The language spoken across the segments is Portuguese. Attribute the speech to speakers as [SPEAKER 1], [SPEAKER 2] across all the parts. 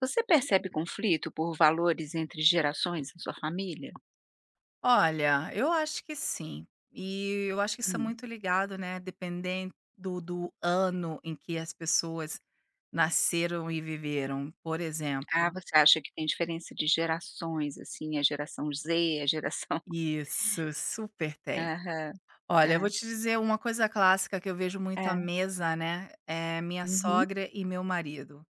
[SPEAKER 1] Você percebe conflito por valores entre gerações na sua família?
[SPEAKER 2] Olha, eu acho que sim. E eu acho que isso é
[SPEAKER 1] Hum.
[SPEAKER 2] muito ligado, né, dependendo do ano em que as pessoas nasceram e viveram, por
[SPEAKER 1] Ah,
[SPEAKER 2] exemplo.
[SPEAKER 1] você acha que tem diferença de gerações, assim, a geração Z, a geração
[SPEAKER 2] Isso, super tem.
[SPEAKER 1] Aham.
[SPEAKER 2] Olha, eu vou
[SPEAKER 1] É,
[SPEAKER 2] te dizer uma coisa clássica que eu vejo muito à
[SPEAKER 1] é.
[SPEAKER 2] mesa, né, é minha
[SPEAKER 1] Uhum.
[SPEAKER 2] sogra e meu marido.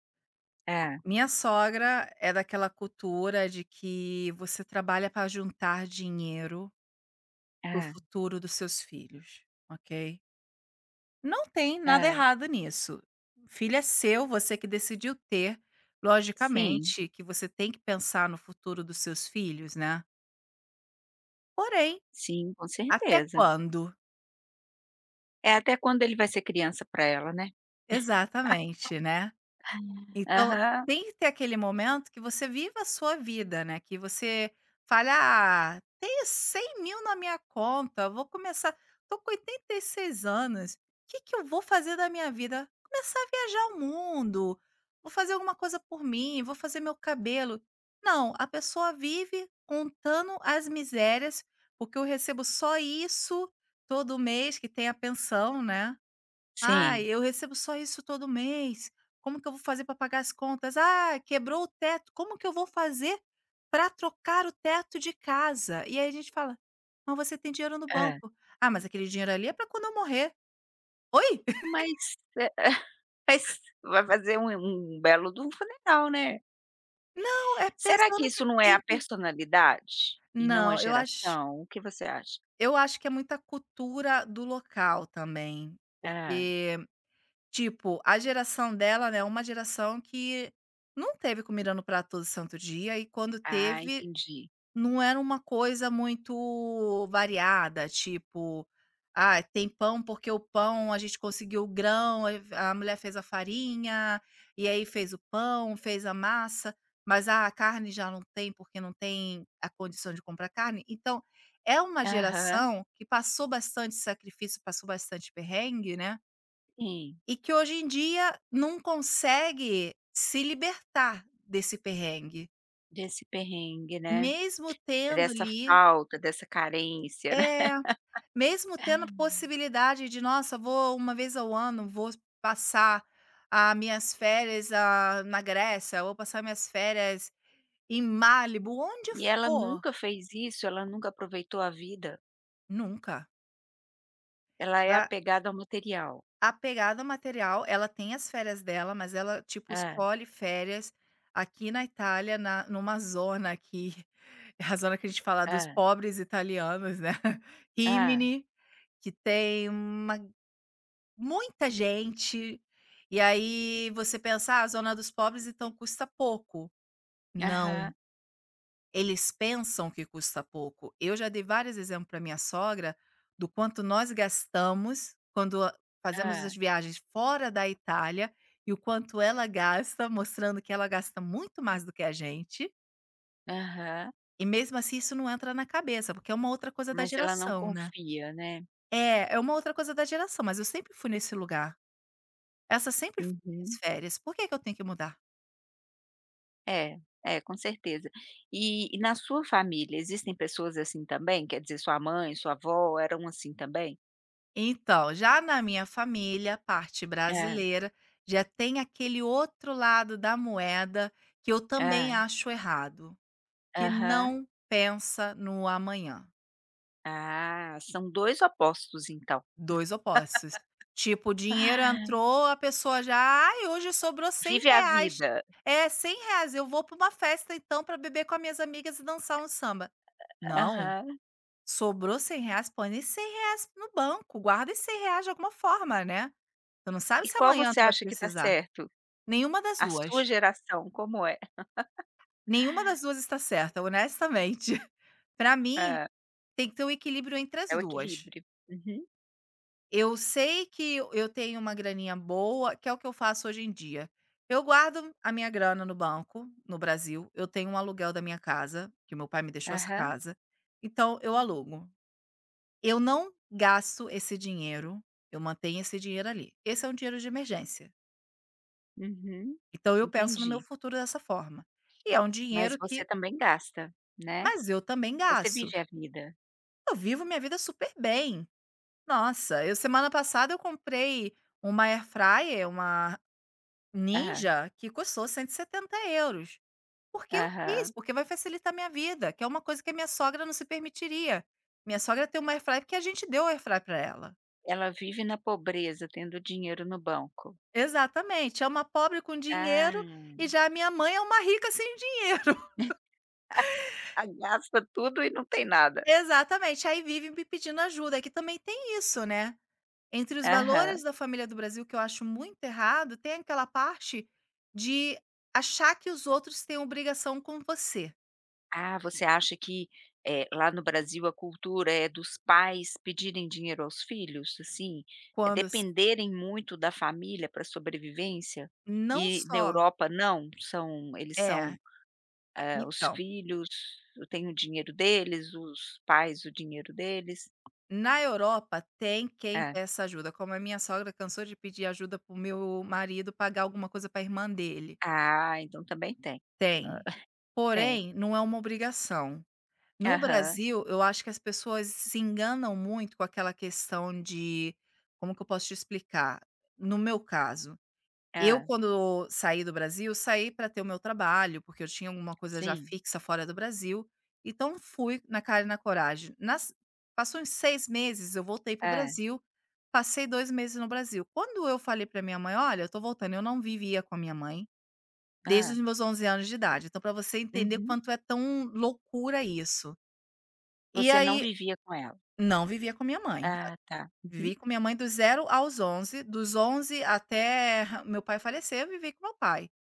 [SPEAKER 1] É,
[SPEAKER 2] Minha sogra é daquela cultura de que você trabalha para juntar dinheiro para o
[SPEAKER 1] é,
[SPEAKER 2] futuro dos seus filhos, ok? Não tem nada
[SPEAKER 1] é.
[SPEAKER 2] errado nisso. Filho é seu, você que decidiu ter.
[SPEAKER 1] Sim,
[SPEAKER 2] Logicamente que você tem que pensar no futuro dos seus filhos, né. Porém,
[SPEAKER 1] sim, com
[SPEAKER 2] até
[SPEAKER 1] certeza.
[SPEAKER 2] quando?
[SPEAKER 1] É até quando ele vai ser criança para ela, né.
[SPEAKER 2] Exatamente, né. Então,
[SPEAKER 1] Aham.
[SPEAKER 2] tem que ter aquele momento que você viva a sua vida, né, que você fala: "Ah, tenho 100 mil na minha conta, vou começar, tô com 86 anos, o que que eu vou fazer da minha vida? Começar a viajar o mundo, vou fazer alguma coisa por mim, vou fazer meu cabelo". Não, a pessoa vive contando as misérias, porque eu recebo só isso todo mês, que tem a pensão, né. "Ai,
[SPEAKER 1] Sim.
[SPEAKER 2] eu recebo só isso todo mês. Como que eu vou fazer para pagar as contas? Ah, quebrou o teto. Como que eu vou fazer para trocar o teto de casa?" E aí a gente fala: "Mas você tem dinheiro no
[SPEAKER 1] É.
[SPEAKER 2] banco". "Ah, mas aquele dinheiro ali é para quando eu morrer". "Oi?"
[SPEAKER 1] Mas, mas vai fazer um belo de um funeral, né.
[SPEAKER 2] Não, é
[SPEAKER 1] Será que
[SPEAKER 2] pensando que
[SPEAKER 1] isso não é
[SPEAKER 2] tem
[SPEAKER 1] a
[SPEAKER 2] que,
[SPEAKER 1] personalidade e não a
[SPEAKER 2] não,
[SPEAKER 1] geração? O que você acha?
[SPEAKER 2] eu acho que é muita cultura do local também,
[SPEAKER 1] Hã.
[SPEAKER 2] porque, tipo, a geração dela, né, é uma geração que não teve comida no prato todo santo dia, e quando
[SPEAKER 1] Ah,
[SPEAKER 2] teve
[SPEAKER 1] entendi.
[SPEAKER 2] não era uma coisa muito variada, tipo: "Ah, tem pão porque o pão a gente conseguiu o grão, aí a mulher fez a farinha, e aí fez o pão, fez a massa, mas, ah, a carne já não tem porque não tem a condição de comprar carne". Então, é uma
[SPEAKER 1] Aham,
[SPEAKER 2] geração que passou bastante sacrifício, passou bastante perrengue, né,
[SPEAKER 1] sim.
[SPEAKER 2] e que hoje em dia não consegue se libertar desse perrengue,
[SPEAKER 1] Desse perrengue, né,
[SPEAKER 2] mesmo tendo
[SPEAKER 1] dessa
[SPEAKER 2] ali,
[SPEAKER 1] falta, dessa carência, né.
[SPEAKER 2] é. Mesmo tendo possibilidade de: "Nossa, vou uma vez ao ano, vou passar as minhas férias, ah, na Grécia, ou passar minhas férias em Malibu", onde
[SPEAKER 1] E ela
[SPEAKER 2] for,
[SPEAKER 1] nunca fez isso, ela nunca aproveitou a vida,
[SPEAKER 2] nunca.
[SPEAKER 1] ela é
[SPEAKER 2] A
[SPEAKER 1] apegada ao material.
[SPEAKER 2] a pegada material, ela tem as férias dela, mas ela, tipo,
[SPEAKER 1] Ah,
[SPEAKER 2] escolhe férias aqui na Itália, na numa zona aqui, é a zona que a gente fala dos
[SPEAKER 1] ah,
[SPEAKER 2] pobres italianos, né,
[SPEAKER 1] ah,
[SPEAKER 2] Rimini, que tem uma... Muita gente. E aí você pensa: "Ah, a zona dos pobres, então custa pouco". Não,
[SPEAKER 1] Aham,
[SPEAKER 2] eles pensam que custa pouco. Eu já dei vários exemplos para minha sogra do quanto nós gastamos quando a... fazemos
[SPEAKER 1] ah,
[SPEAKER 2] as viagens fora da Itália e o quanto ela gasta, mostrando que ela gasta muito mais do que a gente,
[SPEAKER 1] aham.
[SPEAKER 2] e mesmo assim isso não entra na cabeça, porque é uma outra coisa da
[SPEAKER 1] Mas ela não
[SPEAKER 2] geração, né.
[SPEAKER 1] confia, né.
[SPEAKER 2] É, é uma outra coisa da geração, mas eu sempre fui nesse lugar. Essas sempre foram minhas
[SPEAKER 1] Uhum.
[SPEAKER 2] férias, por que que eu tenho que mudar?
[SPEAKER 1] É, é, com certeza. E na sua família existem pessoas assim também? Quer dizer, sua mãe, sua avó eram assim também?
[SPEAKER 2] Então, já na minha família, parte
[SPEAKER 1] É,
[SPEAKER 2] brasileira, já tem aquele outro lado da moeda, que eu também
[SPEAKER 1] é,
[SPEAKER 2] acho errado, que
[SPEAKER 1] aham.
[SPEAKER 2] não pensa no amanhã.
[SPEAKER 1] Ah, são 2 opostos então.
[SPEAKER 2] 2 opostos. Tipo, o dinheiro
[SPEAKER 1] Ah,
[SPEAKER 2] entrou, a pessoa já: "Ai, hoje sobrou cem
[SPEAKER 1] Vive a
[SPEAKER 2] reais.
[SPEAKER 1] vida.
[SPEAKER 2] É, cem reais, eu vou para uma festa então para beber com as minhas amigas e dançar um samba". Não.
[SPEAKER 1] Aham.
[SPEAKER 2] Sobrou cem reais, põe esses R$100 no banco, guarda esses R$100 de alguma forma, né. Tu não sabe
[SPEAKER 1] E
[SPEAKER 2] se
[SPEAKER 1] qual
[SPEAKER 2] amanhã
[SPEAKER 1] você
[SPEAKER 2] tu vai
[SPEAKER 1] acha que está
[SPEAKER 2] precisar.
[SPEAKER 1] certo?
[SPEAKER 2] Nenhuma das
[SPEAKER 1] A sua
[SPEAKER 2] 2
[SPEAKER 1] geração, como é?
[SPEAKER 2] nenhuma das 2 está certa, honestamente. Pra mim,
[SPEAKER 1] Hã,
[SPEAKER 2] tem que ter um equilíbrio entre as
[SPEAKER 1] é o
[SPEAKER 2] duas.
[SPEAKER 1] equilíbrio. Uhum.
[SPEAKER 2] Eu sei que eu tenho uma graninha boa, que é o que eu faço hoje em dia. Eu guardo a minha grana no banco, no Brasil, eu tenho um aluguel da minha casa, que meu pai me deixou essa
[SPEAKER 1] Aham.
[SPEAKER 2] casa, então eu alugo. Eu não gasto esse dinheiro, eu mantenho esse dinheiro ali. Esse é um dinheiro de emergência.
[SPEAKER 1] Uhum.
[SPEAKER 2] Então eu penso no meu
[SPEAKER 1] Entendi.
[SPEAKER 2] futuro dessa forma. E é um
[SPEAKER 1] Mas
[SPEAKER 2] dinheiro que...
[SPEAKER 1] você também gasta, né.
[SPEAKER 2] mas eu também
[SPEAKER 1] Você
[SPEAKER 2] gasto.
[SPEAKER 1] vive a vida.
[SPEAKER 2] Eu vivo minha vida super bem. Nossa, eu semana passada eu comprei uma air fryer, uma
[SPEAKER 1] Aham,
[SPEAKER 2] Ninja, que custou 170 euros. Porque eu quis,
[SPEAKER 1] aham.
[SPEAKER 2] porque vai facilitar minha vida, que é uma coisa que a minha sogra não se permitiria. Minha sogra tem uma air fryer porque a gente deu air fryer para ela.
[SPEAKER 1] Ela vive na pobreza tendo dinheiro no banco.
[SPEAKER 2] Exatamente, é uma pobre com
[SPEAKER 1] Ah,
[SPEAKER 2] dinheiro, e já a minha mãe é uma rica sem dinheiro.
[SPEAKER 1] gasta tudo e não tem nada.
[SPEAKER 2] Exatamente, aí vive me pedindo ajuda, que também tem isso, né. Entre os
[SPEAKER 1] Aham.
[SPEAKER 2] valores da família do Brasil, que eu acho muito errado, tem aquela parte de achar que os outros têm obrigação com você,
[SPEAKER 1] Ah, você acha que, lá no Brasil a cultura é dos pais pedirem dinheiro aos filhos, assim, é
[SPEAKER 2] quando s
[SPEAKER 1] dependerem muito da família para sobrevivência?
[SPEAKER 2] não
[SPEAKER 1] E na
[SPEAKER 2] só
[SPEAKER 1] Europa não? São eles são,
[SPEAKER 2] é,
[SPEAKER 1] os
[SPEAKER 2] então,
[SPEAKER 1] filhos têm o dinheiro deles, os pais o dinheiro deles?
[SPEAKER 2] na Europa tem quem
[SPEAKER 1] É.
[SPEAKER 2] peça ajuda, como a minha sogra cansou de pedir ajuda para o meu marido pagar alguma coisa para irmã dele,
[SPEAKER 1] Ah, então também tem. Hã,
[SPEAKER 2] tem.
[SPEAKER 1] tem.
[SPEAKER 2] Porém, não é uma obrigação. No
[SPEAKER 1] Aham.
[SPEAKER 2] Brasil, eu acho que as pessoas se enganam muito com aquela questão de como que eu posso te explicar? No meu caso, eu
[SPEAKER 1] Ah,
[SPEAKER 2] quando saí do Brasil, saí para ter o meu trabalho, porque eu tinha alguma coisa já
[SPEAKER 1] sim.
[SPEAKER 2] fixa fora do Brasil, então fui na cara e na coragem. Nas Passou uns 6 meses, eu voltei para o
[SPEAKER 1] Ah,
[SPEAKER 2] Brasil, passei 2 meses no Brasil. Quando eu falei para minha mãe: "Olha, eu tô voltando", eu não vivia com a minha mãe. Desde os
[SPEAKER 1] ah.
[SPEAKER 2] meus 11 anos de idade. Então, para você entender
[SPEAKER 1] Uhum.
[SPEAKER 2] quanto é tão loucura isso. E
[SPEAKER 1] Você não
[SPEAKER 2] aí
[SPEAKER 1] vivia com ela?
[SPEAKER 2] não vivia com minha mãe. Ah,
[SPEAKER 1] Ah, tá. Uhum.
[SPEAKER 2] vivi com minha mãe dos zero aos 11, dos 11 até meu pai falecer, eu vivi com meu pai.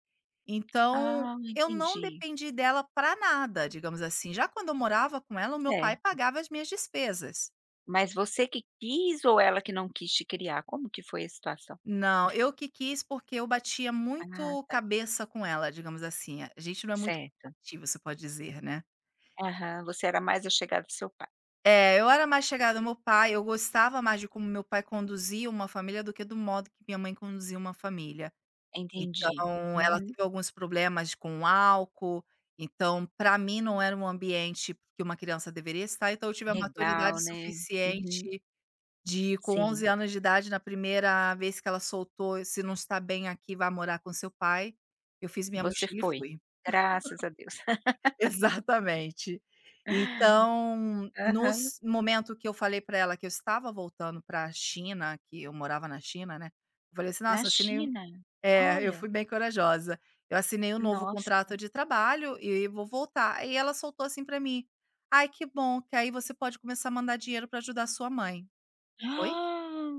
[SPEAKER 2] Então,
[SPEAKER 1] Ah,
[SPEAKER 2] eu não
[SPEAKER 1] entendi.
[SPEAKER 2] dependi dela para nada, digamos assim. Já quando eu morava com ela, o meu pai
[SPEAKER 1] Certo.
[SPEAKER 2] pagava as minhas despesas.
[SPEAKER 1] Mas você que quis ou ela que não quis te criar? Como que foi a situação?
[SPEAKER 2] Não, eu que quis, porque eu batia
[SPEAKER 1] Ah,
[SPEAKER 2] muito
[SPEAKER 1] tá.
[SPEAKER 2] cabeça com ela, digamos assim. A gente não é muito
[SPEAKER 1] Certo.
[SPEAKER 2] compatível, você pode dizer, né.
[SPEAKER 1] Aham. Você era mais achegada do seu pai.
[SPEAKER 2] É, eu era mais chegada ao meu pai, eu gostava mais de como meu pai conduzia uma família do que do modo que minha mãe conduzia uma família.
[SPEAKER 1] Entendi.
[SPEAKER 2] Então, ela
[SPEAKER 1] Uhum.
[SPEAKER 2] teve alguns problemas com álcool, então para mim não era um ambiente que uma criança deveria estar, então eu tive a maturidade
[SPEAKER 1] Legal, né. Uhum.
[SPEAKER 2] suficiente de, com
[SPEAKER 1] Sim.
[SPEAKER 2] 11 anos de idade, na primeira vez que ela soltou: "Se não está bem aqui, vá morar com seu pai", eu fiz minha
[SPEAKER 1] Você
[SPEAKER 2] mochila e
[SPEAKER 1] foi.
[SPEAKER 2] fui.
[SPEAKER 1] Graças a Deus.
[SPEAKER 2] Exatamente. Então,
[SPEAKER 1] Aham.
[SPEAKER 2] nos momento que eu falei para ela que eu estava voltando para a China, que eu morava na China, né, eu falei assim:
[SPEAKER 1] Na
[SPEAKER 2] "Nossa, assinei um..."
[SPEAKER 1] China?
[SPEAKER 2] é, eu
[SPEAKER 1] Olha,
[SPEAKER 2] fui bem corajosa. "Eu assinei um novo
[SPEAKER 1] nossa.
[SPEAKER 2] contrato de trabalho e vou voltar". E ela soltou assim para mim: "Ai, que bom, que aí você pode começar a mandar dinheiro para ajudar sua mãe". "Oi?"
[SPEAKER 1] Ah,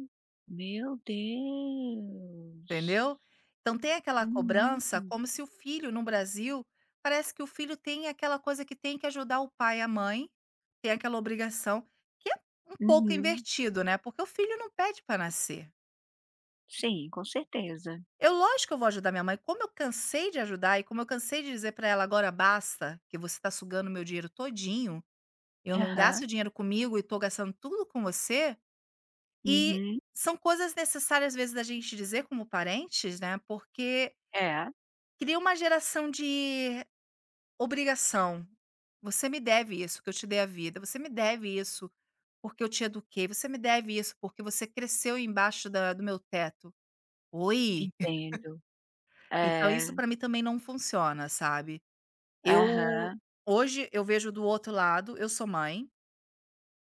[SPEAKER 1] meu Deus!
[SPEAKER 2] Entendeu? Então tem aquela
[SPEAKER 1] Uhum,
[SPEAKER 2] cobrança como se o filho no Brasil, parece que o filho tem aquela coisa que tem que ajudar o pai e a mãe, tem aquela obrigação, que é um pouco
[SPEAKER 1] uhum.
[SPEAKER 2] invertido, né, porque o filho não pede para nascer.
[SPEAKER 1] Sim, com certeza.
[SPEAKER 2] Eu lógico que eu vou ajudar minha mãe, como eu cansei de ajudar e como eu cansei de dizer para ela: "Agora basta, que você tá sugando meu dinheiro todinho, eu não
[SPEAKER 1] Aham,
[SPEAKER 2] gasto dinheiro comigo e tô gastando tudo com você". E
[SPEAKER 1] uhum.
[SPEAKER 2] são coisas necessárias às vezes da gente dizer como parentes, né, porque
[SPEAKER 1] É,
[SPEAKER 2] cria uma geração de obrigação. "Você me deve isso, que eu te dei a vida. Você me deve isso, porque eu te eduquei. Você me deve isso, porque você cresceu embaixo da do meu teto". Oi?
[SPEAKER 1] entendo.
[SPEAKER 2] Então
[SPEAKER 1] É,
[SPEAKER 2] isso pra mim também não funciona, sabe. Eu
[SPEAKER 1] aham.
[SPEAKER 2] hoje eu vejo do outro lado, eu sou mãe,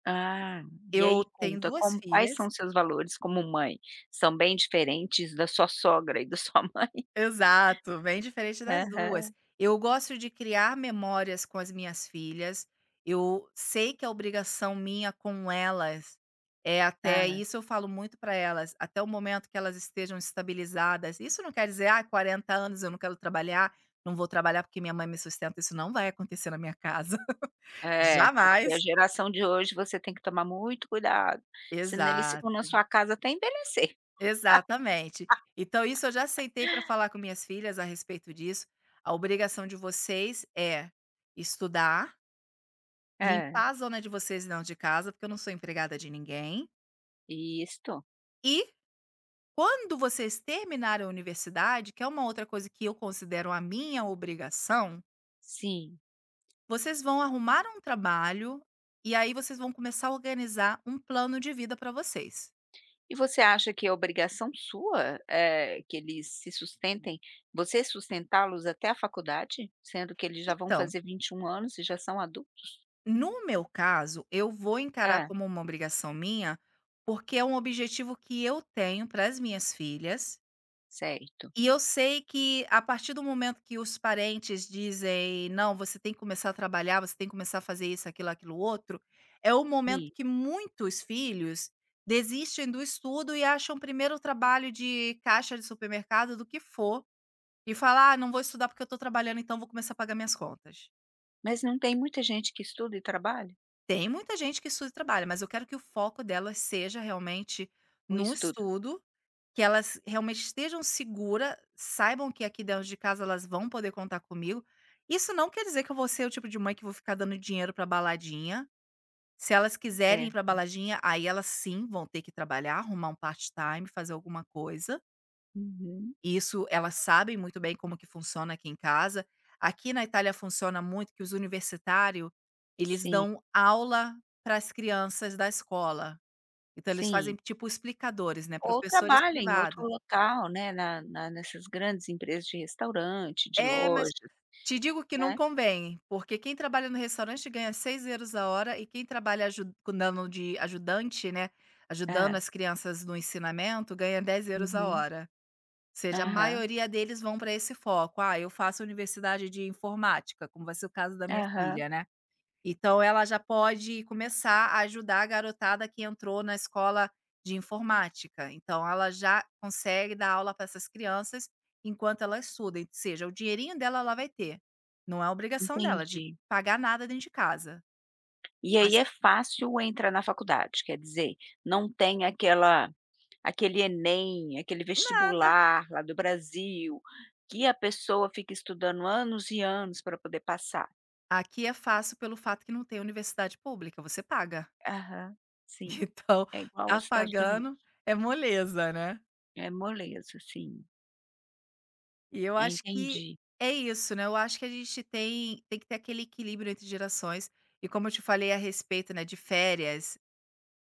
[SPEAKER 1] Ah, e
[SPEAKER 2] eu
[SPEAKER 1] aí
[SPEAKER 2] tenho
[SPEAKER 1] conta,
[SPEAKER 2] 2
[SPEAKER 1] como quais
[SPEAKER 2] filhas.
[SPEAKER 1] são seus valores como mãe? São bem diferentes da sua sogra e da sua mãe?
[SPEAKER 2] Exato, bem diferente das 2.
[SPEAKER 1] Aham.
[SPEAKER 2] Eu gosto de criar memórias com as minhas filhas, eu sei que a obrigação minha com elas é, até
[SPEAKER 1] Ah,
[SPEAKER 2] isso eu falo muito para elas, até o momento que elas estejam estabilizadas, isso não quer dizer: "ah, 40 anos eu não quero trabalhar, não vou trabalhar porque minha mãe me sustenta", isso não vai acontecer na minha casa,
[SPEAKER 1] é, porque a
[SPEAKER 2] jamais.
[SPEAKER 1] geração de hoje você tem que tomar muito cuidado, senão eles ficam na
[SPEAKER 2] Exato.
[SPEAKER 1] sua casa até envelhecer.
[SPEAKER 2] Exatamente. Então isso eu já sentei para falar com minhas filhas a respeito disso. A obrigação de vocês é estudar,
[SPEAKER 1] É,
[SPEAKER 2] limpar a zona de vocês e não de casa, porque eu não sou empregada de ninguém.
[SPEAKER 1] isto.
[SPEAKER 2] E quando vocês terminarem a universidade, que é uma outra coisa que eu considero a minha obrigação,
[SPEAKER 1] Sim.
[SPEAKER 2] vocês vão arrumar um trabalho e aí vocês vão começar a organizar um plano de vida para vocês.
[SPEAKER 1] E você acha que é obrigação sua, que eles se sustentem você sustentá-los até a faculdade? Sendo que eles já vão
[SPEAKER 2] Então,
[SPEAKER 1] fazer 21 anos e já são adultos?
[SPEAKER 2] no meu caso, eu vou encarar
[SPEAKER 1] Ah,
[SPEAKER 2] como uma obrigação minha, porque é um objetivo que eu tenho para as minhas filhas.
[SPEAKER 1] certo.
[SPEAKER 2] E eu sei que a partir do momento que os parentes dizem: "Não, você tem que começar a trabalhar, você tem que começar a fazer isso, aquilo, aquilo outro", é o momento
[SPEAKER 1] Sim.
[SPEAKER 2] que muitos filhos desistem do estudo e acham primeiro o trabalho de caixa de supermercado, do que for, e falar "Ah, não vou estudar porque eu estou trabalhando, então vou começar a pagar minhas contas".
[SPEAKER 1] Mas não tem muita gente que estuda e trabalha?
[SPEAKER 2] Tem muita gente que estuda e trabalha, mas eu quero que o foco delas seja realmente
[SPEAKER 1] Ou
[SPEAKER 2] no
[SPEAKER 1] estuda?
[SPEAKER 2] estudo, que elas realmente estejam segura, saibam que aqui dentro de casa elas vão poder contar comigo. Isso não quer dizer que eu vou ser o tipo de mãe que vou ficar dando dinheiro pra baladinha. Se elas quiserem
[SPEAKER 1] É.
[SPEAKER 2] ir pra baladinha, aí elas sim vão ter que trabalhar, arrumar um part-time, fazer alguma coisa.
[SPEAKER 1] Uhum.
[SPEAKER 2] Isso, elas sabem muito bem como que funciona aqui em casa. Aqui na Itália funciona muito que os universitário, eles
[SPEAKER 1] Sim,
[SPEAKER 2] dão aula para as crianças da escola. Então eles fazem
[SPEAKER 1] sim.
[SPEAKER 2] tipo explicadores, né,
[SPEAKER 1] Ou
[SPEAKER 2] professores
[SPEAKER 1] trabalha em outro
[SPEAKER 2] privado.
[SPEAKER 1] local, né, na nessas grandes empresas de restaurante, de
[SPEAKER 2] É, mas
[SPEAKER 1] lojas,
[SPEAKER 2] te digo que não
[SPEAKER 1] né.
[SPEAKER 2] convém, porque quem trabalha no restaurante ganha 6 euros a hora e quem trabalha dando de ajudante, né, ajudando
[SPEAKER 1] É.
[SPEAKER 2] as crianças no ensinamento, ganha 10 euros a
[SPEAKER 1] Uhum.
[SPEAKER 2] hora. Seja, a
[SPEAKER 1] Aham,
[SPEAKER 2] maioria deles vão para esse foco. "Ah, eu faço universidade de informática", como vai ser o caso da minha
[SPEAKER 1] aham,
[SPEAKER 2] filha, né. Então ela já pode começar a ajudar a garotada que entrou na escola de informática. Então ela já consegue dar aula para essas crianças enquanto ela estuda, e seja, o dinheirinho dela ela vai ter. Não é obrigação dela de
[SPEAKER 1] entendi.
[SPEAKER 2] pagar nada dentro de casa,
[SPEAKER 1] E aí
[SPEAKER 2] mas
[SPEAKER 1] é fácil entrar na faculdade, quer dizer, não tem aquela aquele Enem, aquele
[SPEAKER 2] nada.
[SPEAKER 1] vestibular lá do Brasil, que a pessoa fica estudando anos e anos para poder passar.
[SPEAKER 2] Aqui é fácil pelo fato que não tem universidade pública, você paga.
[SPEAKER 1] Aham, sim.
[SPEAKER 2] Então,
[SPEAKER 1] É igual
[SPEAKER 2] tá
[SPEAKER 1] aos Estados Unidos,
[SPEAKER 2] pagando é moleza, né?
[SPEAKER 1] é moleza, sim.
[SPEAKER 2] E eu acho que
[SPEAKER 1] Entendi.
[SPEAKER 2] é isso, né, eu acho que a gente tem que ter aquele equilíbrio entre gerações, e como eu te falei a respeito, né, de férias,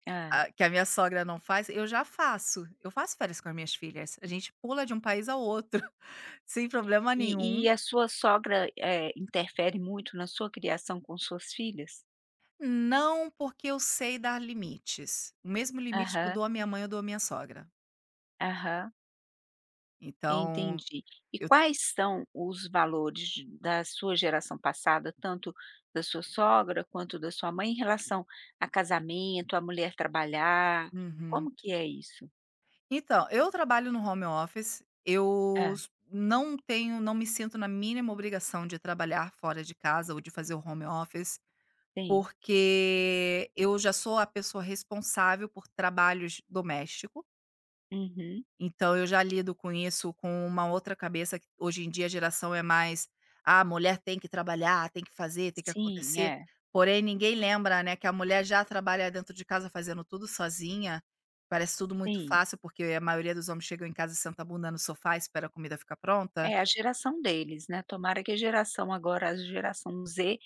[SPEAKER 1] Hã.
[SPEAKER 2] ah, que a minha sogra não faz, eu já faço, eu faço férias com as minhas filhas, a gente pula de um país ao outro, sem problema
[SPEAKER 1] E
[SPEAKER 2] nenhum,
[SPEAKER 1] e a sua sogra, interfere muito na sua criação com suas filhas?
[SPEAKER 2] não porque eu sei dar limites, o mesmo limite que eu
[SPEAKER 1] Aham,
[SPEAKER 2] dou à minha mãe eu dou à minha sogra,
[SPEAKER 1] aham.
[SPEAKER 2] então
[SPEAKER 1] entendi. E
[SPEAKER 2] eu
[SPEAKER 1] quais são os valores da sua geração passada, tanto da sua sogra quanto da sua mãe, em relação a casamento, a mulher trabalhar?
[SPEAKER 2] uhum.
[SPEAKER 1] Como que é isso?
[SPEAKER 2] Então, eu trabalho no home office, eu
[SPEAKER 1] Hã,
[SPEAKER 2] s não tenho não me sinto na mínima obrigação de trabalhar fora de casa ou de fazer o home office,
[SPEAKER 1] sim.
[SPEAKER 2] porque eu já sou a pessoa responsável por trabalhos doméstico
[SPEAKER 1] Uhum.
[SPEAKER 2] então eu já lido com isso com uma outra cabeça que hoje em dia a geração é mais: "Ah, a mulher tem que trabalhar, tem que fazer, tem que
[SPEAKER 1] Sim,
[SPEAKER 2] acontecer".
[SPEAKER 1] é,
[SPEAKER 2] Porém ninguém lembra, né, que a mulher já trabalha dentro de casa fazendo tudo sozinha, parece tudo muito
[SPEAKER 1] sim.
[SPEAKER 2] fácil, porque a maioria dos homens chegam em casa e senta a bunda no sofá e espera a comida ficar pronta.
[SPEAKER 1] É a geração deles, né, tomara que a geração agora, a geração Z,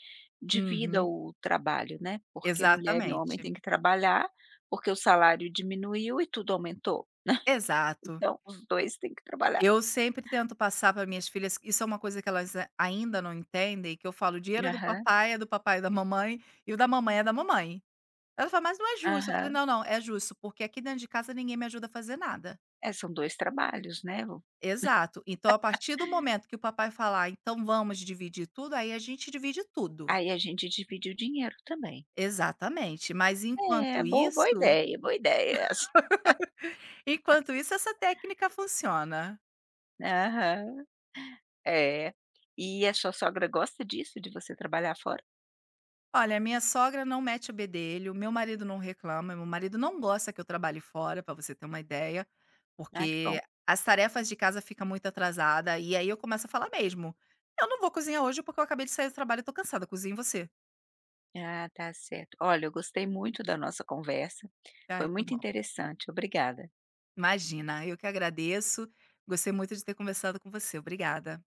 [SPEAKER 1] divida
[SPEAKER 2] Uhum,
[SPEAKER 1] o trabalho, né, porque mulher e homem têm
[SPEAKER 2] exatamente.
[SPEAKER 1] que trabalhar, porque o salário diminuiu e tudo aumentou,
[SPEAKER 2] Exato.
[SPEAKER 1] então os 2 têm que trabalhar.
[SPEAKER 2] Eu sempre tento passar para minhas filhas isso é uma coisa que ainda não entendem, que eu falo: "O dinheiro do
[SPEAKER 1] Aham,
[SPEAKER 2] papai é do papai e da mamãe, e o da mamãe é da mamãe". Ela falou "Mas não é justo". Eu falei:
[SPEAKER 1] aham.
[SPEAKER 2] "Não, não, é justo, porque aqui dentro de casa ninguém me ajuda a fazer nada".
[SPEAKER 1] É, são 2 trabalhos, né, o
[SPEAKER 2] Exato. Então, a partir do momento que o papai falar: "Então vamos dividir tudo", aí a gente divide tudo.
[SPEAKER 1] aí a gente divide o dinheiro também.
[SPEAKER 2] Exatamente. Mas
[SPEAKER 1] É, bo boa ideia essa.
[SPEAKER 2] enquanto isso essa técnica funciona.
[SPEAKER 1] Aham, é. E a sua sogra gosta disso, de você trabalhar fora?
[SPEAKER 2] Olha, minha sogra não mete o bedelho, meu marido não reclama, meu marido não gosta que eu trabalhe fora, para você ter uma ideia,
[SPEAKER 1] Ah, que
[SPEAKER 2] porque
[SPEAKER 1] bom.
[SPEAKER 2] as tarefas de casa fica muito atrasada, e aí eu começo a falar mesmo: "Eu não vou cozinhar hoje porque eu acabei de sair do trabalho e tô cansada, cozinhe você".
[SPEAKER 1] Ah, tá certo. Olha, eu gostei muito da nossa conversa,
[SPEAKER 2] Ai,
[SPEAKER 1] foi
[SPEAKER 2] que
[SPEAKER 1] muito
[SPEAKER 2] bom.
[SPEAKER 1] interessante, obrigada.
[SPEAKER 2] Imagina, eu que agradeço. Gostei muito de ter conversado com você. Obrigada.